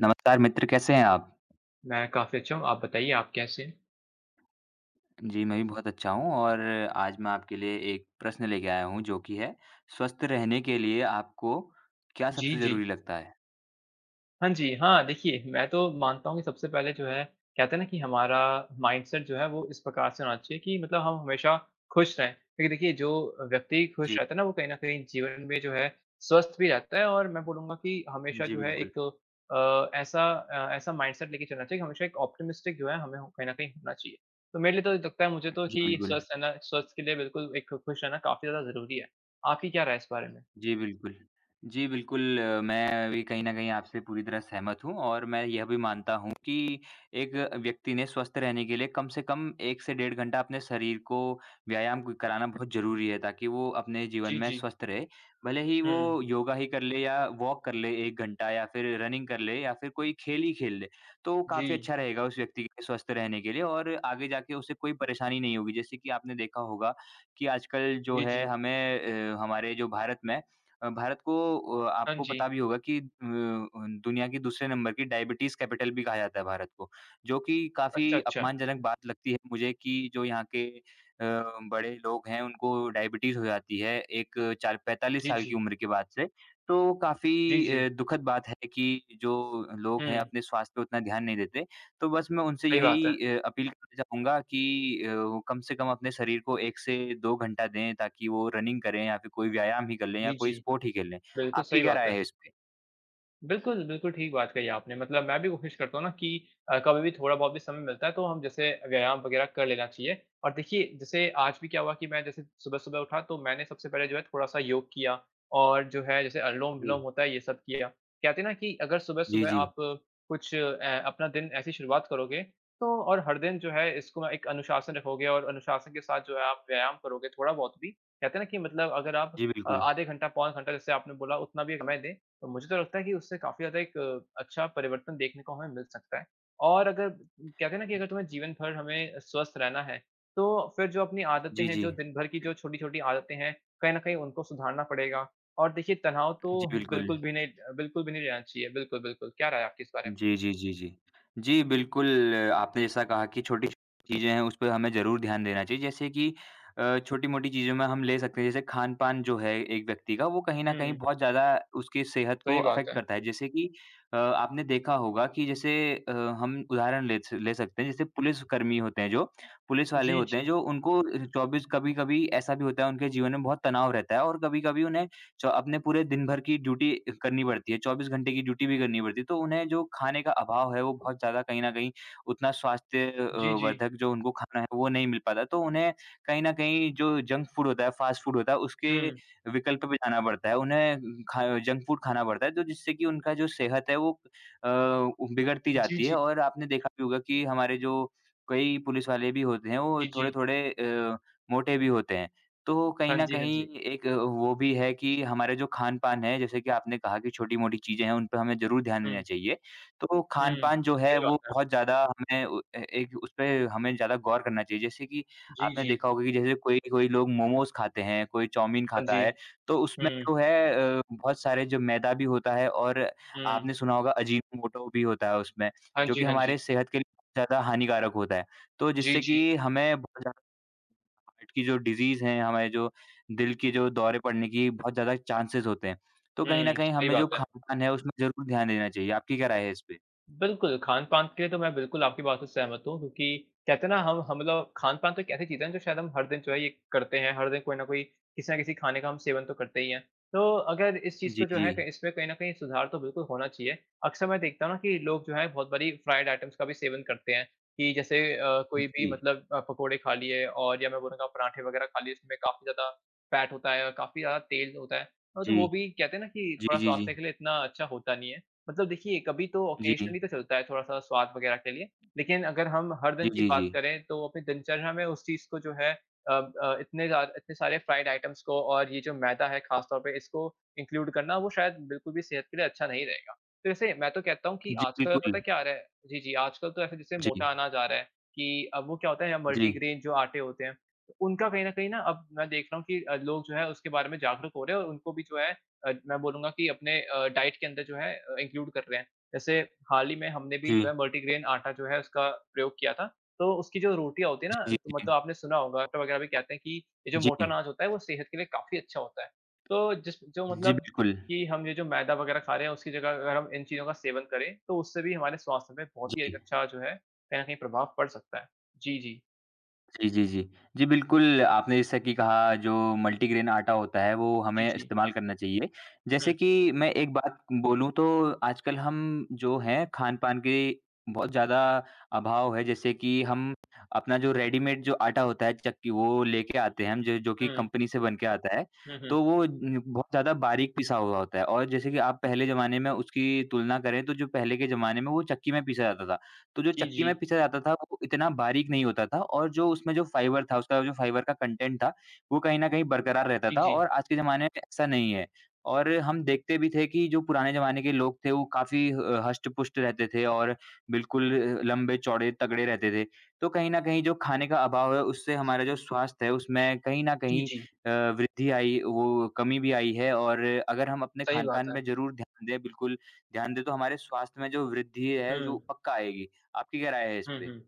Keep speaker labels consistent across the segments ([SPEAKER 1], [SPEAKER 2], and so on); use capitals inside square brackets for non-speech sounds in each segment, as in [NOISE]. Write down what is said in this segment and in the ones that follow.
[SPEAKER 1] नमस्कार मित्र, कैसे हैं आप?
[SPEAKER 2] मैं काफ़ी अच्छा हूँ, आप बताइए आप कैसे हैं?
[SPEAKER 1] जी, मैं भी बहुत अच्छा हूँ और आज मैं आपके लिए एक प्रश्न लेके आया हूँ जो कि है स्वस्थ रहने के लिए आपको क्या
[SPEAKER 2] जी,
[SPEAKER 1] सबसे
[SPEAKER 2] जी।
[SPEAKER 1] ज़रूरी लगता है?
[SPEAKER 2] हाँ जी, हाँ, देखिए मैं तो मानता हूँ कि सबसे पहले जो है कहते हैं ना कि हमारा माइंडसेट जो है वो इस प्रकार से होना चाहिए कि मतलब हम हमेशा खुश रहें। क्योंकि देखिए जो व्यक्ति खुश
[SPEAKER 1] जी,
[SPEAKER 2] रहता है ना वो कहीं न कहीं जीवन में जो है स्वस्थ भी रहता है और मैं बोलूँगा कि हमेशा
[SPEAKER 1] जी
[SPEAKER 2] जो है
[SPEAKER 1] बिल्कुल।
[SPEAKER 2] एक ऐसा माइंडसेट लेके चलना चाहिए कि हमेशा एक ऑप्टिमिस्टिक जो है हमें कहीं न कहीं होना चाहिए। तो मेरे लिए तो लगता है मुझे तो
[SPEAKER 1] जी,
[SPEAKER 2] कि
[SPEAKER 1] बिल्कुल।
[SPEAKER 2] स्वस्थ रहना स्वस्थ के लिए बिल्कुल एक खुश रहना काफ़ी ज़्यादा ज़रूरी है। आपकी क्या राय है इस बारे में?
[SPEAKER 1] जी, बिल्कुल। जी, बिल्कुल, मैं भी कहीं न कहीं आपसे पूरी तरह सहमत हूँ और मैं यह भी मानता हूँ कि एक व्यक्ति ने स्वस्थ रहने के लिए कम से कम 1 से डेढ़ घंटा अपने शरीर को व्यायाम क कराना बहुत ज़रूरी है, ताकि वो अपने जीवन
[SPEAKER 2] जी,
[SPEAKER 1] में
[SPEAKER 2] जी।
[SPEAKER 1] स्वस्थ रहे। भले ही
[SPEAKER 2] हुँ।
[SPEAKER 1] वो योगा ही कर ले या वॉक कर ले 1 घंटा या फिर रनिंग कर ले या फिर कोई खेल ही खेल ले, तो
[SPEAKER 2] जी।
[SPEAKER 1] काफ़ी अच्छा रहेगा उस व्यक्ति के स्वस्थ रहने के लिए और आगे जाके उसे कोई परेशानी नहीं होगी। जैसे कि आपने देखा होगा कि आजकल जो
[SPEAKER 2] जी,
[SPEAKER 1] है
[SPEAKER 2] जी।
[SPEAKER 1] हमें हमारे जो भारत में भारत को
[SPEAKER 2] हाँ
[SPEAKER 1] आपको
[SPEAKER 2] जी।
[SPEAKER 1] पता भी होगा कि दुनिया की दूसरे नंबर की डायबिटीज़ कैपिटल भी कहा जाता है भारत को, जो कि
[SPEAKER 2] अच्छा,
[SPEAKER 1] काफ़ी
[SPEAKER 2] अच्छा।
[SPEAKER 1] अपमानजनक बात लगती है मुझे कि जो यहाँ के अ, बड़े लोग हैं उनको डायबिटीज़ हो जाती है एक चार 45
[SPEAKER 2] जी,
[SPEAKER 1] साल की
[SPEAKER 2] जी।
[SPEAKER 1] उम्र के बाद से। तो काफ़ी
[SPEAKER 2] जी, जी।
[SPEAKER 1] दुखद बात है कि जो लोग हैं
[SPEAKER 2] हुँ,
[SPEAKER 1] अपने स्वास्थ्य पे उतना ध्यान नहीं देते। तो बस मैं उनसे
[SPEAKER 2] सही बात है।
[SPEAKER 1] यही अपील करना चाहूँगा कि वो कम से कम अपने शरीर को 1 से 2 घंटा दें ताकि वो रनिंग करें या फिर कोई व्यायाम ही कर लें या
[SPEAKER 2] जी,
[SPEAKER 1] कोई
[SPEAKER 2] जी।
[SPEAKER 1] स्पोर्ट ही खेल लें।
[SPEAKER 2] बिल्कुल
[SPEAKER 1] आपकी
[SPEAKER 2] सही
[SPEAKER 1] क्या
[SPEAKER 2] बात
[SPEAKER 1] राय
[SPEAKER 2] है।
[SPEAKER 1] है इस पे?
[SPEAKER 2] बिल्कुल, बिल्कुल ठीक बात कही आपने। मतलब मैं भी कोशिश करता हूँ ना कि कभी भी थोड़ा बहुत भी समय मिलता है तो हम जैसे व्यायाम वगैरह कर लेना चाहिए। और देखिए जैसे आज भी क्या हुआ कि मैं जैसे सुबह-सुबह उठा तो मैंने सबसे पहले जो है थोड़ा-सा योग किया और जो है जैसे अनुलोम-विलोम
[SPEAKER 1] जी।
[SPEAKER 2] होता है ये सब किया। कहते हैं ना कि अगर
[SPEAKER 1] जी,
[SPEAKER 2] सुबह-सुबह
[SPEAKER 1] जी।
[SPEAKER 2] आप कुछ अपना दिन ऐसी शुरुआत करोगे तो और हर दिन जो है इसको एक अनुशासन रखोगे और अनुशासन के साथ जो है आप व्यायाम करोगे थोड़ा बहुत भी। कहते हैं ना कि मतलब अगर आप
[SPEAKER 1] जी, बिल्कुल।
[SPEAKER 2] आधे घंटा, पौन घंटा जैसे आपने बोला उतना भी समय दें तो मुझे तो लगता है कि उससे काफ़ी ज़्यादा एक अच्छा परिवर्तन देखने को हमें मिल सकता है और अगर कहते हैं ना कि अगर तुम्हें जीवन भर हमें स्वस्थ रहना है, तो फिर जो अपनी आदतें
[SPEAKER 1] जी,
[SPEAKER 2] हैं,
[SPEAKER 1] जी।
[SPEAKER 2] जो दिन भर की जो छोटी-छोटी आदतें हैं, कहीं न कहीं उनको सुधारना पड़ेगा और देखिए तनाव
[SPEAKER 1] जी,
[SPEAKER 2] तो
[SPEAKER 1] बिल्कुल।
[SPEAKER 2] बिल्कुल भी नहीं रहना चाहिए। बिल्कुल, बिल्कुल। क्या राय है आपकी इस बारे में?
[SPEAKER 1] जी, जी, जी, जी। जी, बिल्कुल, आपने जैसा कहा कि छोटी-छोटी चीज़ें हैं, उस पे हमें ज़रूर ध्यान देना चाहिए। जैसे कि छोटी-मोटी चीज़ों में हम ले सकते हैं, जैसे खान-पान जो है एक व्यक्ति का, वो कहीं न कहीं
[SPEAKER 2] हुँ,
[SPEAKER 1] बहुत ज़्यादा उसकी सेहत को
[SPEAKER 2] सही बात
[SPEAKER 1] अफ़ेक्ट
[SPEAKER 2] है।
[SPEAKER 1] करता है। जैसे कि आपने देखा होगा कि जैसे अ, हम उदाहरण ले सकते हैं, जैसे पुलिसकर्मी होते हैं जो, पुलिस वाले
[SPEAKER 2] जी,
[SPEAKER 1] होते हैं,
[SPEAKER 2] जी।
[SPEAKER 1] जो उनको 24 कभी-कभी ऐसा भी होता है, उनके जीवन में बहुत तनाव रहता है और कभी-कभी उन्हें च अपने पूरे दिन भर की ड्यूटी करनी पड़ती है, 24 घंटे की ड्यूटी भी करनी पड़ती है, तो उन्हें जो खाने का अभाव है, वो बहुत ज़्यादा कहीं न कहीं उतना स्वास्थ्य
[SPEAKER 2] जी, जी।
[SPEAKER 1] वर्धक जो उनको खाना है, वो नहीं मिल पाता। तो उन्हें कहीं न कहीं जो जंक फूड होता है, फ़ास्ट फूड होता है, उसके
[SPEAKER 2] हुँ।
[SPEAKER 1] विकल्प पे जाना पड़ता है। उन्हें खा जंक फूड खाना पड़ता है, तो जिससे कि उनका जो सेहत है, वो अ, बिगड़ती
[SPEAKER 2] जी,
[SPEAKER 1] जाती है
[SPEAKER 2] जी।
[SPEAKER 1] और आपने देखा भी होगा कि हमारे जो कई पुलिस वाले भी होते हैं, वो
[SPEAKER 2] जी, जी।
[SPEAKER 1] थोड़े-थोड़े मोटे भी होते हैं। तो कहीं
[SPEAKER 2] हाँ
[SPEAKER 1] न
[SPEAKER 2] जी, हाँ जी।
[SPEAKER 1] कहीं एक वो भी है कि हमारे जो खान-पान है, जैसे कि आपने कहा कि छोटी-मोटी चीज़ें हैं, उन पे हमें ज़रूर ध्यान
[SPEAKER 2] हुँ,
[SPEAKER 1] देना चाहिए। तो
[SPEAKER 2] हुँ।
[SPEAKER 1] खान-पान जो है
[SPEAKER 2] सही
[SPEAKER 1] वो
[SPEAKER 2] बात है।
[SPEAKER 1] बहुत ज़्यादा हमें उ ए एक उस पे हमें ज़्यादा गौर करना चाहिए। जैसे कि
[SPEAKER 2] जी,
[SPEAKER 1] आपने
[SPEAKER 2] जी।
[SPEAKER 1] देखा होगा कि जैसे कोई-कोई लोग मोमोज़ खाते हैं, कोई चाउमीन
[SPEAKER 2] हाँ
[SPEAKER 1] खाता
[SPEAKER 2] जी।
[SPEAKER 1] है, तो उसमें
[SPEAKER 2] हुँ,
[SPEAKER 1] जो है बहुत सारे जो मैदा भी होता है और
[SPEAKER 2] हुँ।
[SPEAKER 1] आपने सुना होगा अजीनोमोटो भी होता है उसमें,
[SPEAKER 2] हाँ
[SPEAKER 1] जो
[SPEAKER 2] जी,
[SPEAKER 1] कि
[SPEAKER 2] हाँ जी।
[SPEAKER 1] हमारे सेहत के लिए ज़्यादा हानिकारक होता है। तो
[SPEAKER 2] जी,
[SPEAKER 1] जिससे
[SPEAKER 2] जी।
[SPEAKER 1] कि हमें बहुत ज़्यादा हार्ट की जो डिज़ीज़ हैं, हमारे जो दिल के जो दौरे पड़ने की बहुत ज़्यादा चांसेज़ होते हैं। तो कहीं न कहीं
[SPEAKER 2] सही
[SPEAKER 1] हमें जो
[SPEAKER 2] बात है।
[SPEAKER 1] खान-पान है उसमें ज़रूर ध्यान देना चाहिए। आपकी क्या राय है इस पे?
[SPEAKER 2] बिल्कुल, खान-पान के लिए तो मैं बिल्कुल आपकी बात से सहमत हूँ क्योंकि कहते हैं ना हम लोग खान-पान तो एक ऐसी चीज़ है जो शायद हम हर दिन जो है ये करते हैं, हर दिन कोई न कोई किसी न किसी खाने का हम सेवन तो करते ही हैं। तो अगर इस चीज़
[SPEAKER 1] जी,
[SPEAKER 2] को जो
[SPEAKER 1] जी।
[SPEAKER 2] है क इसमें कहीं न कहीं सुधार तो बिल्कुल होना चाहिए। अक्सर मैं देखता हूँ ना कि लोग जो है बहुत बारी फ्राइड आइटम्स का भी सेवन करते हैं कि जैसे कोई भी
[SPEAKER 1] जी।
[SPEAKER 2] मतलब पकोड़े खा लिए और या मैं बोलूँगा पराठे वग़ैरह खा लिए इसमें काफ़ी ज़्यादा फैट होता है और काफ़ी ज़्यादा तेल होता है। हाँ, तो
[SPEAKER 1] जी।
[SPEAKER 2] वो भी कहते हैं ना कि
[SPEAKER 1] जी,
[SPEAKER 2] थोड़ा
[SPEAKER 1] जी, जी।
[SPEAKER 2] स्वास्थ्य के लिए इतना अच्छा होता नहीं है। मतलब देखिए, कभी तो
[SPEAKER 1] जी।
[SPEAKER 2] ऑकेज़नली तो चलता है थोड़ा-सा स्वाद वग़ैरह के लिए, लेकिन अगर हम हर
[SPEAKER 1] जी,
[SPEAKER 2] दिन की
[SPEAKER 1] जी, जी।
[SPEAKER 2] बात करें तो अपनी दिनचर्या में उस चीज़ को जो है इतने सारे फ्राइड आइटम्स को और ये जो मैदा है ख़ास तौर पे इसको इंक्लूड करना वो शायद बिल्कुल भी सेहत के लिए अच्छा नहीं रहेगा। तो जैसे मैं तो कहता हूँ कि
[SPEAKER 1] जी,
[SPEAKER 2] आजकल पता है
[SPEAKER 1] बिल्कुल।
[SPEAKER 2] क्या आ रहा है? जी, जी, आजकल तो ऐसे जैसे
[SPEAKER 1] जी।
[SPEAKER 2] मोटा अनाज आ रहा है कि अब वो क्या होता है
[SPEAKER 1] जी।
[SPEAKER 2] मल्टीग्रेन जो आटे होते हैं, उनका कहीं न कहीं ना अब मैं देख रहा हूँ कि लोग जो है उसके बारे में जागरूक हो रहे हैं और उनको भी जो है मैं बोलूँगा कि अपने डाइट के अंदर जो है इंक्लूड कर रहे हैं। जैसे हाल ही में हमने भी
[SPEAKER 1] जी।
[SPEAKER 2] जो है मल्टीग्रेन आटा जो है उसका प्रयोग किया था। तो उसकी जो रोटियाँ होती है
[SPEAKER 1] जी,
[SPEAKER 2] ना
[SPEAKER 1] जी,
[SPEAKER 2] तो मतलब
[SPEAKER 1] जी।
[SPEAKER 2] आपने सुना होगा आटा वगैरह भी कहते हैं कि ये जो
[SPEAKER 1] जी।
[SPEAKER 2] मोटा अनाज होता है वो सेहत के लिए काफ़ी अच्छा होता है। तो जिस जो
[SPEAKER 1] जी,
[SPEAKER 2] मतलब
[SPEAKER 1] बिल्कुल।
[SPEAKER 2] कि हम ये जो मैदा वगैरह खा रहे हैं उसकी जगह अगर हम इन चीज़ों का सेवन करें तो उससे भी हमारे स्वास्थ्य पे बहुत ही एक
[SPEAKER 1] जी।
[SPEAKER 2] अच्छा जो है कहीं न कहीं प्रभाव पड़ सकता है। जी, जी।
[SPEAKER 1] जी, जी, जी। जी, बिल्कुल, आपने जैसा कि कहा जो मल्टीग्रेन आटा होता है, वो
[SPEAKER 2] जी,
[SPEAKER 1] हमें
[SPEAKER 2] जी।
[SPEAKER 1] इस्तेमाल करना चाहिए।
[SPEAKER 2] हुँ,
[SPEAKER 1] जैसे कि मैं एक बात बोलूँ तो आजकल हम जो हैं खान-पान के बहुत ज़्यादा अभाव है, जैसे कि हम अपना जो रेडीमेड जो आटा होता है चक्की वो लेके आते हैं हम जो जो कि
[SPEAKER 2] हुँ।
[SPEAKER 1] कंपनी से बन के आता है,
[SPEAKER 2] हुँ, हुँ।
[SPEAKER 1] तो वो न बहुत ज़्यादा बारीक पिसा हुआ होता है और जैसे कि आप पहले ज़माने में उसकी तुलना करें तो जो पहले के ज़माने में वो चक्की में पीसा जाता था। तो जो
[SPEAKER 2] जी,
[SPEAKER 1] चक्की
[SPEAKER 2] जी।
[SPEAKER 1] में पीसा जाता था वो इतना बारीक नहीं होता था और जो उसमें जो फाइबर था, उसका जो फाइबर का कंटेंट था, वो कहीं न कहीं बरकरार रहता
[SPEAKER 2] जी,
[SPEAKER 1] था
[SPEAKER 2] जी।
[SPEAKER 1] और आज के ज़माने में ऐसा नहीं है। और हम देखते भी थे कि जो पुराने ज़माने के लोग थे वो काफ़ी हष्ट-पुष्ट रहते थे और बिल्कुल लंबे-चौड़े, तगड़े रहते थे। तो कहीं न कहीं जो खाने का अभाव है उससे हमारा जो स्वास्थ्य है उसमें कहीं न
[SPEAKER 2] जी,
[SPEAKER 1] कहीं
[SPEAKER 2] जी।
[SPEAKER 1] वृद्धि आई वो कमी भी आई है और अगर हम अपने
[SPEAKER 2] सही
[SPEAKER 1] खान-पान
[SPEAKER 2] बात है।
[SPEAKER 1] में ज़रूर ध्यान दें, बिल्कुल ध्यान दें तो हमारे स्वास्थ्य में जो वृद्धि
[SPEAKER 2] हुँ।
[SPEAKER 1] है, जो पक्का आएगी। आपकी क्या राय है इस
[SPEAKER 2] हुँ,
[SPEAKER 1] पे?
[SPEAKER 2] हुँ।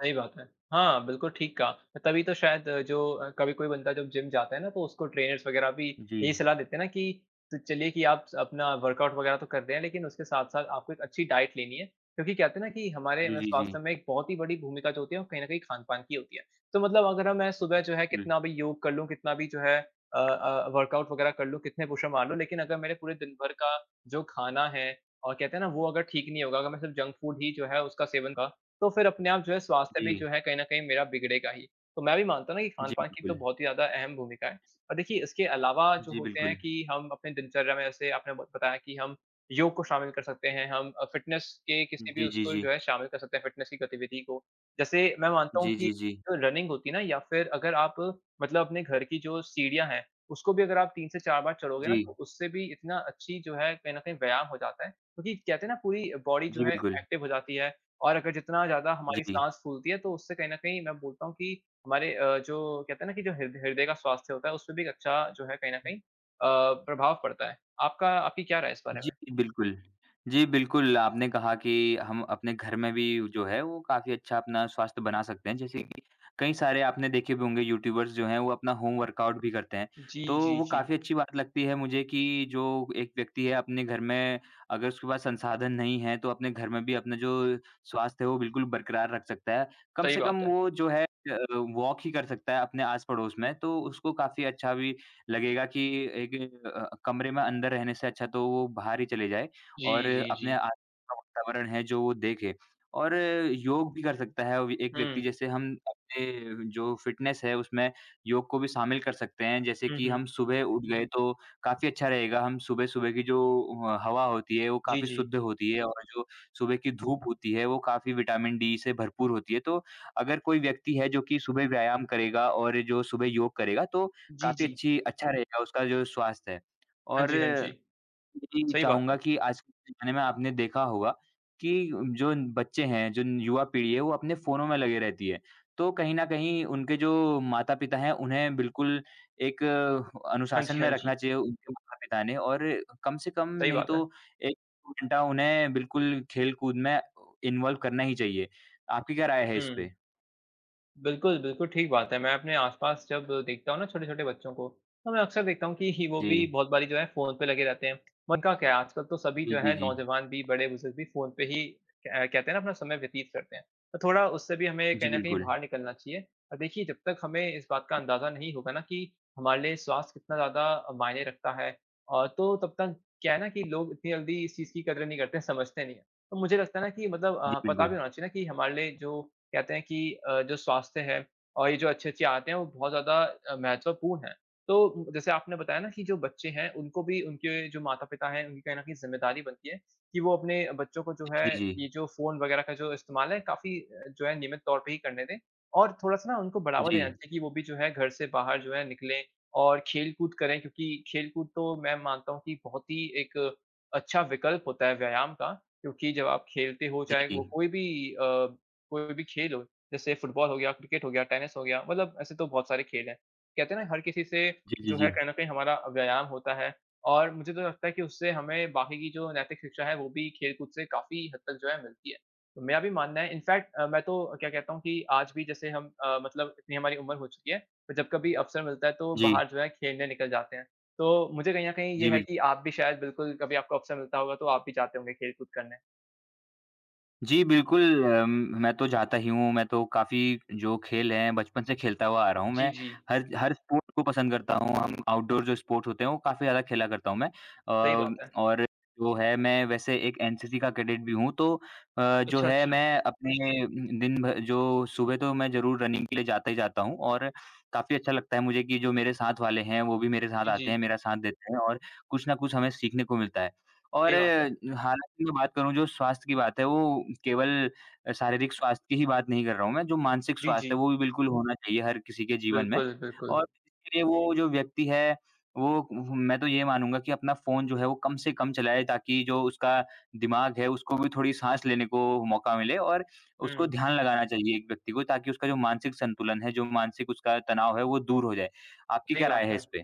[SPEAKER 2] सही बात है। हाँ, बिल्कुल ठीक कहा। तभी तो शायद जो कभी कोई बंदा जब जिम जाता है ना तो उसको ट्रेनर्स वग़ैरह भी
[SPEAKER 1] जी।
[SPEAKER 2] यही सलाह देते हैं ना कि तो चलिए कि आप अपना वर्कआउट वग़ैरह तो कर रहे हैं लेकिन उसके साथ-साथ आपको एक अच्छी डाइट लेनी है। क्योंकि कहते हैं ना कि हमारे
[SPEAKER 1] जी,
[SPEAKER 2] में
[SPEAKER 1] जी, जी।
[SPEAKER 2] स्वास्थ्य में एक बहुत ही बड़ी भूमिका जो होती है वो कहीं न कहीं खान-पान की होती है। तो मतलब अगर हम मैं सुबह जो है
[SPEAKER 1] बिल
[SPEAKER 2] कितना भी योग कर लूँ, कितना भी जो है वर्कआउट वग़ैरह कर लूँ, कितने पुशअप मार लूँ लेकिन अगर मेरे पूरे दिन भर का जो खाना है और कहते हैं ना वो अगर ठीक नहीं होगा, अगर मैं सिर्फ़ जंक फूड ही जो है उसका सेवन तो फिर अपने आप जो है स्वास्थ्य भी
[SPEAKER 1] जी।
[SPEAKER 2] जो है कहीं न कहीं मेरा बिगड़ेगा ही। तो मैं भी मानता हूँ ना कि
[SPEAKER 1] जी,
[SPEAKER 2] खान-पान की तो
[SPEAKER 1] बिल्कुल।
[SPEAKER 2] बहुत ही ज़्यादा अहम भूमिका है। और देखिए इसके अलावा जो
[SPEAKER 1] जी,
[SPEAKER 2] होते हैं
[SPEAKER 1] बिल्कुल।
[SPEAKER 2] कि हम अपने दिनचर्या में जैसे आपने ब बताया कि हम योग को शामिल कर सकते हैं, हम फ़िटनेस के किसी भी
[SPEAKER 1] जी, जी,
[SPEAKER 2] उसको
[SPEAKER 1] जी।
[SPEAKER 2] जो है शामिल कर सकते हैं, फ़िटनेस की गतिविधि को। जैसे मैं मानता हूँ
[SPEAKER 1] जी,
[SPEAKER 2] कि
[SPEAKER 1] जी, जी।
[SPEAKER 2] जो रनिंग होती है ना या फिर अगर आप मतलब अपने घर की जो सीढ़ियाँ हैं, उसको भी अगर आप 3 से 4 बार चढ़ोगे ना
[SPEAKER 1] जी।
[SPEAKER 2] तो उससे भी इतना अच्छी जो है कहीं न कहीं व्यायाम हो जाता है। क्योंकि कहते हैं ना पूरी बॉडी जो
[SPEAKER 1] जी,
[SPEAKER 2] है
[SPEAKER 1] बिल्कुल।
[SPEAKER 2] एक्टिव हो जाती है और अगर जितना ज़्यादा हमारी
[SPEAKER 1] जी।
[SPEAKER 2] साँस फूलती है, तो उससे कहीं न कहीं मैं बोलता हूँ कि हमारे जो कहते हैं ना कि जो हृदय हृदय का स्वास्थ्य होता है, उसपे भी एक अच्छा जो है कहीं न कहीं प्रभाव पड़ता है। आपका आपकी क्या राय है इस बारे
[SPEAKER 1] जी,
[SPEAKER 2] में?
[SPEAKER 1] बिल्कुल। जी, बिल्कुल, आपने कहा कि हम अपने घर में भी जो है वो काफ़ी अच्छा अपना स्वास्थ्य बना सकते हैं। जैसे कि कई सारे आपने देखे भी होंगे यूट्यूबर्स जो हैं वो अपना होम वर्कआउट भी करते हैं।
[SPEAKER 2] जी,
[SPEAKER 1] तो
[SPEAKER 2] जी,
[SPEAKER 1] वो
[SPEAKER 2] जी।
[SPEAKER 1] काफ़ी अच्छी बात लगती है मुझे कि जो एक व्यक्ति है अपने घर में अगर उसके पास संसाधन नहीं है तो अपने घर में भी अपना जो स्वास्थ्य है वो बिल्कुल बरकरार रख सकता है। कम
[SPEAKER 2] सही
[SPEAKER 1] से
[SPEAKER 2] बात
[SPEAKER 1] कम
[SPEAKER 2] है।
[SPEAKER 1] वो जो है अ, वॉक ही कर सकता है अपने आस-पड़ोस में, तो उसको काफ़ी अच्छा भी लगेगा कि एक कमरे में अंदर रहने से अच्छा तो वो बाहर ही चले जाए
[SPEAKER 2] जी,
[SPEAKER 1] और
[SPEAKER 2] जी, जी।
[SPEAKER 1] अपने आस का वातावरण है जो वो देखे और योग भी कर सकता है व एक व्यक्ति
[SPEAKER 2] हुँ।
[SPEAKER 1] जैसे हम अपने जो फ़िटनेस है उसमें योग को भी शामिल कर सकते हैं। जैसे
[SPEAKER 2] हुँ,
[SPEAKER 1] कि
[SPEAKER 2] हुँ।
[SPEAKER 1] हम सुबह उठ गए तो काफ़ी अच्छा रहेगा, हम सुबह-सुबह की जो ह हवा होती है वो
[SPEAKER 2] जी,
[SPEAKER 1] काफ़ी
[SPEAKER 2] जी।
[SPEAKER 1] शुद्ध होती है और जो सुबह की धूप होती है वो काफ़ी विटामिन डी से भरपूर होती है। तो अगर कोई व्यक्ति है जो कि सुबह व्यायाम करेगा और जो सुबह योग करेगा तो
[SPEAKER 2] जी,
[SPEAKER 1] काफ़ी
[SPEAKER 2] जी।
[SPEAKER 1] अच्छी अच्छा रहेगा उसका जो स्वास्थ्य है।
[SPEAKER 2] हाँ
[SPEAKER 1] और
[SPEAKER 2] जी, हाँ जी।
[SPEAKER 1] यही
[SPEAKER 2] सही बात
[SPEAKER 1] चाहूँगा
[SPEAKER 2] है।
[SPEAKER 1] कि आज के ज़माने में आपने देखा होगा कि जो बच्चे हैं, जो युवा पीढ़ी है, वो अपने फ़ोनों में लगी रहती है। तो कहीं न कहीं उनके जो माता-पिता हैं, उन्हें बिल्कुल एक
[SPEAKER 2] हाँ
[SPEAKER 1] अनुशासन
[SPEAKER 2] जी, हाँ
[SPEAKER 1] में
[SPEAKER 2] जी।
[SPEAKER 1] रखना चाहिए उनके माता-पिता ने और कम से कम
[SPEAKER 2] सही
[SPEAKER 1] नहीं
[SPEAKER 2] बात है।
[SPEAKER 1] तो 1 घंटा उन्हें बिल्कुल खेल-कूद में इन्वॉल्व करना ही चाहिए। आपकी क्या राय है इस
[SPEAKER 2] हुँ।
[SPEAKER 1] पे?
[SPEAKER 2] बिल्कुल, बिल्कुल ठीक बात है। मैं अपने आस-पास जब देखता हूँ ना छोटे-छोटे बच्चों को, तो मैं अक्सर देखता हूँ कि [LAUGHS] वो
[SPEAKER 1] जी।
[SPEAKER 2] भी बहुत बारी जो है फ़ोन पे लगे रहते हैं। उनका क्या है आजकल तो सभी
[SPEAKER 1] जी,
[SPEAKER 2] जो
[SPEAKER 1] जी,
[SPEAKER 2] है
[SPEAKER 1] जी।
[SPEAKER 2] नौजवान भी, बड़े-बुज़ुर्ग भी फ़ोन पे ही कहते हैं ना अपना समय व्यतीत करते हैं। तो थोड़ा उससे भी हमें
[SPEAKER 1] जी,
[SPEAKER 2] कहीं न कहीं
[SPEAKER 1] बिल्कुल।
[SPEAKER 2] बाहर निकलना चाहिए। और देखिए जब तक हमें इस बात का अंदाज़ा नहीं होगा ना कि हमारे लिए स्वास्थ्य कितना ज़्यादा मायने रखता है और तो तब तक क्या है ना कि लोग इतनी जल्दी इस चीज़ की कदर नहीं करते [LAUGHS] हैं, समझते नहीं हैं। तो मुझे लगता है ना कि मतलब
[SPEAKER 1] जी,
[SPEAKER 2] पता भी
[SPEAKER 1] बिल्कुल।
[SPEAKER 2] होना चाहिए ना कि हमारे लिए जो कहते हैं कि जो स्वास्थ्य है और ये जो अच्छी-अच्छी आदतें हैं वो बहुत ज़्यादा महत्वपूर्ण हैं। तो जैसे आपने बताया ना कि जो बच्चे हैं उनको भी उनके जो माता-पिता हैं उनकी कहीं न कहीं ज़िम्मेदारी बनती है कि वो अपने बच्चों को जो है
[SPEAKER 1] जी, जी, जी।
[SPEAKER 2] ये जो फ़ोन वग़ैरह का जो इस्तेमाल है काफ़ी जो है नियमित तौर पे ही करने दें और थोड़ा-सा ना उनको बढ़ावा
[SPEAKER 1] जी,
[SPEAKER 2] देना चाहिए कि वो भी जो है घर से बाहर जो है निकलें और खेल-कूद करें क्योंकि खेल-कूद तो मैं मानता हूँ कि बहुत ही एक अच्छा विकल्प होता है व्यायाम का क्योंकि जब आप खेलते हो चाहे
[SPEAKER 1] जी।
[SPEAKER 2] वो कोई भी अ, कोई भी खेल हो, जैसे फुटबॉल हो गया, क्रिकेट हो गया, टेनिस हो गया, मतलब ऐसे तो बहुत सारे खेल हैं। कहते हैं ना हर किसी से
[SPEAKER 1] जी, जी,
[SPEAKER 2] जो है
[SPEAKER 1] जी।
[SPEAKER 2] कहीं न कहीं हमारा व्यायाम होता है और मुझे तो लगता है कि उससे हमें बाकी की जो नैतिक शिक्षा है वो भी खेल-कूद से काफ़ी हद तक जो है मिलती है। तो मेरा भी मानना है इनफैक्ट मैं तो क्या कहता हूँ कि आज भी जैसे हम मतलब इतनी हमारी उम्र हो चुकी है, तो जब कभी अवसर मिलता है तो
[SPEAKER 1] जी,
[SPEAKER 2] बाहर जो है खेलने निकल जाते हैं। तो मुझे कहीं न कहीं ये
[SPEAKER 1] जी,
[SPEAKER 2] है
[SPEAKER 1] बिल
[SPEAKER 2] कि आप भी शायद बिल्कुल कभी आपको अवसर मिलता होगा तो आप भी जाते होंगे खेल-कूद करने?
[SPEAKER 1] जी, बिल्कुल मैं तो जाता ही हूँ, मैं तो काफ़ी जो खेल हैं बचपन से खेलता हुआ आ रहा हूँ
[SPEAKER 2] जी,
[SPEAKER 1] मैं।
[SPEAKER 2] जी।
[SPEAKER 1] हर हर स्पोर्ट को पसंद करता हूँ, हम आउटडोर जो स्पोर्ट्स होते हैं वो काफ़ी ज़्यादा खेला करता हूँ मैं।
[SPEAKER 2] सही बात है।
[SPEAKER 1] और जो है मैं वैसे एक एनसीसी का कैडेट भी हूँ तो जो
[SPEAKER 2] अच्छा,
[SPEAKER 1] है
[SPEAKER 2] अच्छा।
[SPEAKER 1] मैं अपने दिन भर जो सुबह तो मैं ज़रूर रनिंग के लिए जाता ही जाता हूँ और काफ़ी अच्छा लगता है मुझे कि जो मेरे साथ वाले हैं वो भी मेरे साथ
[SPEAKER 2] जी,
[SPEAKER 1] आते
[SPEAKER 2] जी,
[SPEAKER 1] हैं, मेरा साथ देते हैं और कुछ न कुछ हमें सीखने को मिलता है। और
[SPEAKER 2] सही बात है।
[SPEAKER 1] हालाँकि मैं बात करूँ जो स्वास्थ्य की बात है वो केवल शारीरिक स्वास्थ्य की ही बात नहीं कर रहा हूँ मैं, जो मानसिक
[SPEAKER 2] जी,
[SPEAKER 1] स्वास्थ्य
[SPEAKER 2] जी।
[SPEAKER 1] है वो भी बिल्कुल होना चाहिए हर किसी के जीवन में।
[SPEAKER 2] बिल्कुल, बिल्कुल।
[SPEAKER 1] और इसके लिए वो जो व्यक्ति है वो मैं तो ये मानूँगा कि अपना फ़ोन जो है वो कम से कम चलाए ताकि जो उसका दिमाग है उसको भी थोड़ी साँस लेने को मौका मिले और उसको
[SPEAKER 2] हुँ,
[SPEAKER 1] ध्यान लगाना चाहिए एक व्यक्ति को ताकि उसका जो मानसिक संतुलन है, जो मानसिक उसका तनाव है वो दूर हो जाए। आपकी
[SPEAKER 2] सही
[SPEAKER 1] क्या
[SPEAKER 2] बात
[SPEAKER 1] राय है
[SPEAKER 2] है।
[SPEAKER 1] इस पे?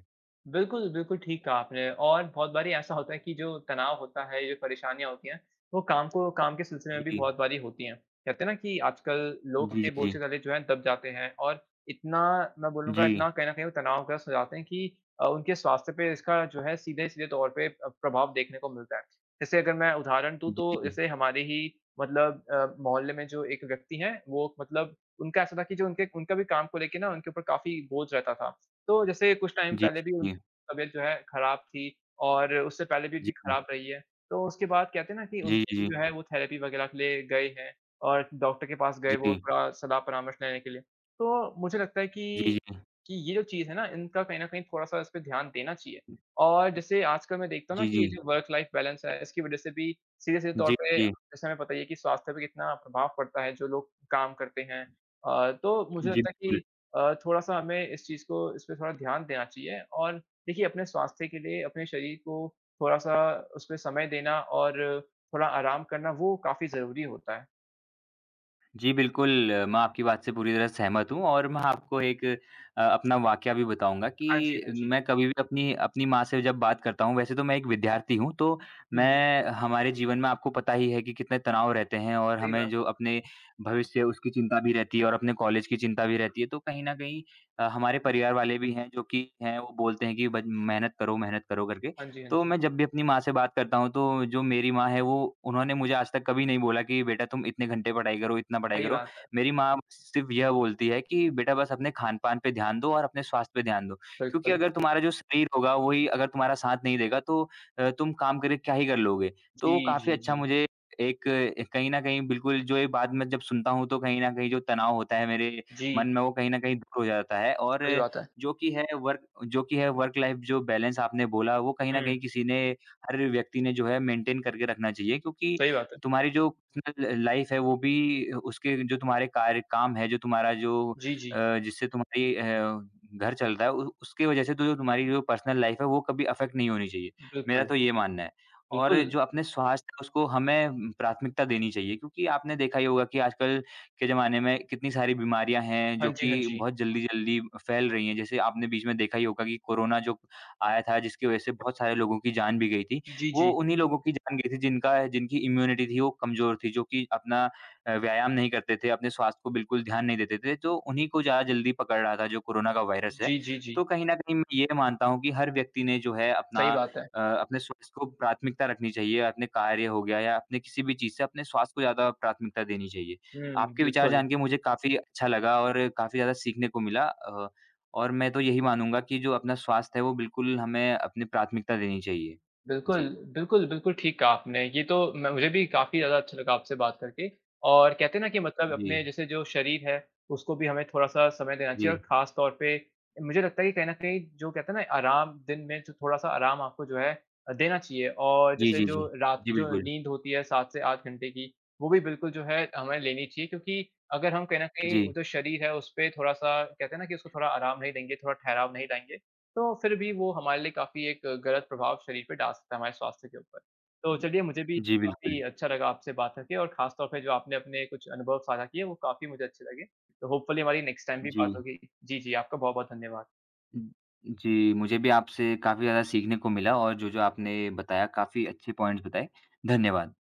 [SPEAKER 2] बिल्कुल, बिल्कुल ठीक कहा आपने और बहुत बारी ऐसा होता है कि जो तनाव होता है, ये परेशानियाँ होती हैं, वो काम को काम के सिलसिले में भी
[SPEAKER 1] जी।
[SPEAKER 2] बहुत बारी होती हैं। कहते हैं ना कि आजकल लोग
[SPEAKER 1] जी, जी,
[SPEAKER 2] के बोझ से
[SPEAKER 1] जी।
[SPEAKER 2] तले जो हैं दब जाते हैं और इतना मैं बोलूँगा
[SPEAKER 1] जी,
[SPEAKER 2] इतना कहीं न कहीं वो तनावग्रस्त हो जाते हैं कि उनके स्वास्थ्य पे इसका जो है सीधे-सीधे तौर पे प्रभाव देखने को मिलता है। जैसे अगर मैं उदाहरण दूँ
[SPEAKER 1] जी,
[SPEAKER 2] तो
[SPEAKER 1] जी।
[SPEAKER 2] जैसे हमारे ही मतलब मोहल्ले में जो एक व्यक्ति हैं, वो मतलब उनका ऐसा था कि जो उनके उनका भी काम को लेके ना उनके ऊपर काफ़ी बोझ रहता था। तो जैसे कुछ टाइम
[SPEAKER 1] जी,
[SPEAKER 2] पहले भी
[SPEAKER 1] जी।
[SPEAKER 2] तबीयत जो है खराब थी और उससे पहले भी
[SPEAKER 1] जी,
[SPEAKER 2] उनकी
[SPEAKER 1] जी,
[SPEAKER 2] खराब रही है। तो उसके बाद कहते हैं ना कि
[SPEAKER 1] जी,
[SPEAKER 2] उनको भी जो है वो थेरेपी वगैरह के लिए गए हैं और डॉक्टर के पास गए
[SPEAKER 1] जी,
[SPEAKER 2] वो थोड़ा सलाह-परामर्श लेने के लिए। तो मुझे लगता है
[SPEAKER 1] जी, जी,
[SPEAKER 2] कि ये जो चीज़ है ना इनका कहीं न कहीं थोड़ा-सा इस पे ध्यान देना चाहिए। और जैसे आजकल मैं देखता हूँ ना
[SPEAKER 1] जी,
[SPEAKER 2] कि
[SPEAKER 1] जी,
[SPEAKER 2] ये जो वर्क लाइफ बैलेंस है इसकी वज़ह से भी सीधे-सीधे तौर
[SPEAKER 1] जी,
[SPEAKER 2] पे
[SPEAKER 1] जी,
[SPEAKER 2] जैसे हमें पता ही है कि स्वास्थ्य पे कितना प्रभाव पड़ता है जो लोग काम करते हैं। तो मुझे
[SPEAKER 1] जी,
[SPEAKER 2] लगता है
[SPEAKER 1] बिल्कुल।
[SPEAKER 2] कि थोड़ा-सा हमें इस चीज़ को इस पे थोड़ा ध्यान देना चाहिए और देखिए, अपने स्वास्थ्य के लिए अपने शरीर को थोड़ा-सा उसपे समय देना और थोड़ा आराम करना वो काफ़ी ज़रूरी होता है।
[SPEAKER 1] जी, बिल्कुल, मैं आपकी बात से पूरी तरह सहमत हूँ और मैं आपको एक अपना वाकया भी बताऊँगा
[SPEAKER 2] हाँ जी,
[SPEAKER 1] कि
[SPEAKER 2] हाँ जी।
[SPEAKER 1] मैं कभी भी अपनी अपनी माँ से जब बात करता हूँ वैसे तो मैं एक विद्यार्थी हूँ, तो
[SPEAKER 2] जी, जी,
[SPEAKER 1] मैं हमारे जीवन में आपको पता ही है कि कितने तनाव रहते हैं और
[SPEAKER 2] सही
[SPEAKER 1] हमें
[SPEAKER 2] बात।
[SPEAKER 1] जो अपने भविष्य उसकी चिंता भी रहती है और अपने कॉलेज की चिंता भी रहती है। तो कहीं न कहीं हमारे परिवार वाले भी हैं जो कि हैं वो बोलते हैं कि ब मेहनत करो करके।
[SPEAKER 2] हाँ जी, हाँ
[SPEAKER 1] तो
[SPEAKER 2] जी,
[SPEAKER 1] मैं जब भी अपनी माँ से बात करता हूँ, तो जो मेरी माँ है, वो उन्होंने मुझे आज तक कभी नहीं बोला कि बेटा तुम इतने घंटे पढ़ाई करो, इतना पढ़ाई
[SPEAKER 2] सही
[SPEAKER 1] करो।
[SPEAKER 2] बात है।
[SPEAKER 1] मेरी माँ सिर्फ़ यह बोलती है कि बेटा बस अपने खान-पान पे ध्यान दो और अपने स्वास्थ्य पे ध्यान दो। क्योंकि
[SPEAKER 2] बिल्कुल।
[SPEAKER 1] अगर तुम्हारा जो शरीर होगा, वही अगर तुम्हारा साथ नहीं देगा, तो तुम काम करके क्या ही कर लोगे? तो
[SPEAKER 2] जी,
[SPEAKER 1] काफ़ी
[SPEAKER 2] जी,
[SPEAKER 1] अच्छा
[SPEAKER 2] जी।
[SPEAKER 1] मुझे एक कहीं न कहीं बिल्कुल जो ये बात मैं जब सुनता हूँ, तो कहीं न कहीं जो तनाव होता है मेरे
[SPEAKER 2] जी,
[SPEAKER 1] मन में, वो कहीं न कहीं दूर हो जाता है और
[SPEAKER 2] सही बात है।
[SPEAKER 1] जो कि है वर्क जो कि है वर्क लाइफ जो बैलेंस आपने बोला वो कहीं न
[SPEAKER 2] हुँ,
[SPEAKER 1] कहीं किसी ने हर व्यक्ति ने जो है मेंटेन करके रखना चाहिए क्योंकि
[SPEAKER 2] सही बात है।
[SPEAKER 1] तुम्हारी जो पर्सनल लाइफ है वो भी उसके जो तुम्हारे कार्य काम है, जो तुम्हारा जो
[SPEAKER 2] जी, जी,
[SPEAKER 1] जिससे घर चल रहा है उ उसकी वजह से तो जो तुम्हारी जो पर्सनल लाइफ है वो कभी अफेक्ट नहीं होनी चाहिए। मेरा
[SPEAKER 2] बिल्कुल,
[SPEAKER 1] तो ये मानना है। और
[SPEAKER 2] बिल्कुल।
[SPEAKER 1] जो अपने स्वास्थ्य है उसको हमें प्राथमिकता देनी चाहिए क्योंकि आपने देखा ही होगा कि आजकल के ज़माने में कितनी सारी बीमारियाँ हैं
[SPEAKER 2] हाँ
[SPEAKER 1] जो
[SPEAKER 2] जी,
[SPEAKER 1] कि
[SPEAKER 2] हाँ जी।
[SPEAKER 1] बहुत जल्दी-जल्दी फैल रही हैं। जैसे आपने बीच में देखा ही होगा कि कोरोना जो आया था जिसकी वज़ह से बहुत सारे लोगों की जान भी गई थी।
[SPEAKER 2] जी,
[SPEAKER 1] वो
[SPEAKER 2] जी।
[SPEAKER 1] उन्हीं लोगों की जान गई थी जिनका जिनकी इम्यूनिटी थी वो कमज़ोर थी, जो कि अपना व्यायाम नहीं करते थे, अपने स्वास्थ्य को बिल्कुल ध्यान नहीं देते थे, तो उन्हीं को ज़्यादा जल्दी पकड़ रहा था जो कोरोना का वायरस है।
[SPEAKER 2] जी, जी, जी।
[SPEAKER 1] तो कहीं न कहीं मैं ये मानता हूँ कि हर व्यक्ति ने जो है
[SPEAKER 2] सही बात है।
[SPEAKER 1] अपने स्वास्थ्य को प्राथमिकता रखनी चाहिए, अपने कार्य हो गया या अपने किसी भी चीज़ से अपने स्वास्थ्य को ज़्यादा प्राथमिकता देनी चाहिए।
[SPEAKER 2] हुँ,
[SPEAKER 1] आपके विचार
[SPEAKER 2] बिल्कुल।
[SPEAKER 1] जान के मुझे काफ़ी अच्छा लगा और काफ़ी ज़्यादा सीखने को मिला और मैं तो यही मानूँगा कि जो अपना स्वास्थ्य है वो बिल्कुल हमें अपनी प्राथमिकता देनी चाहिए।
[SPEAKER 2] बिल्कुल,
[SPEAKER 1] जी,
[SPEAKER 2] बिल्कुल, बिल्कुल ठीक कहा आपने। ये तो मैं मुझे भी काफ़ी ज़्यादा अच्छा लगा आपसे बात करके और कहते हैं ना कि मतलब
[SPEAKER 1] जी,
[SPEAKER 2] अपने जैसे जो शरीर है, उसको भी हमें थोड़ा-सा समय देना चाहिए और
[SPEAKER 1] जी,
[SPEAKER 2] ख़ास तौर पे मुझे लगता है कि कहीं न कहीं जो कहते हैं ना आराम दिन में जो थोड़ा-सा आराम आपको जो है देना चाहिए और
[SPEAKER 1] जी,
[SPEAKER 2] जैसे
[SPEAKER 1] जी,
[SPEAKER 2] जो
[SPEAKER 1] जी।
[SPEAKER 2] रात
[SPEAKER 1] जी,
[SPEAKER 2] की जो
[SPEAKER 1] बिल्कुल।
[SPEAKER 2] नींद होती है 7 से 8 घंटे की, वो भी बिल्कुल जो है हमें लेनी चाहिए क्योंकि अगर हम कहीं न कहीं वो
[SPEAKER 1] जी।
[SPEAKER 2] जो शरीर है, उसपे थोड़ा-सा कहते हैं ना कि उसको थोड़ा आराम नहीं देंगे, थोड़ा ठहराव नहीं लाएँगे, तो फिर भी वो हमारे लिए काफ़ी एक गलत प्रभाव शरीर पे डाल सकता है, हमारे स्वास्थ्य के ऊपर। तो चलिए मुझे भी
[SPEAKER 1] जी,
[SPEAKER 2] काफ़ी
[SPEAKER 1] बिल्कुल।
[SPEAKER 2] अच्छा लगा आपसे बात करके और ख़ास तौर पे जो आपने अपने कुछ अनुभव साझा किए, वो काफ़ी मुझे अच्छे लगे। तो होपफुली हमारी नेक्स्ट टाइम भी
[SPEAKER 1] जी।
[SPEAKER 2] बात होगी। जी, जी, आपका बहुत-बहुत धन्यवाद।
[SPEAKER 1] जी, मुझे भी आपसे काफ़ी ज़्यादा सीखने को मिला और जो-जो आपने बताया काफ़ी अच्छे पॉइंट्स बताए। धन्यवाद।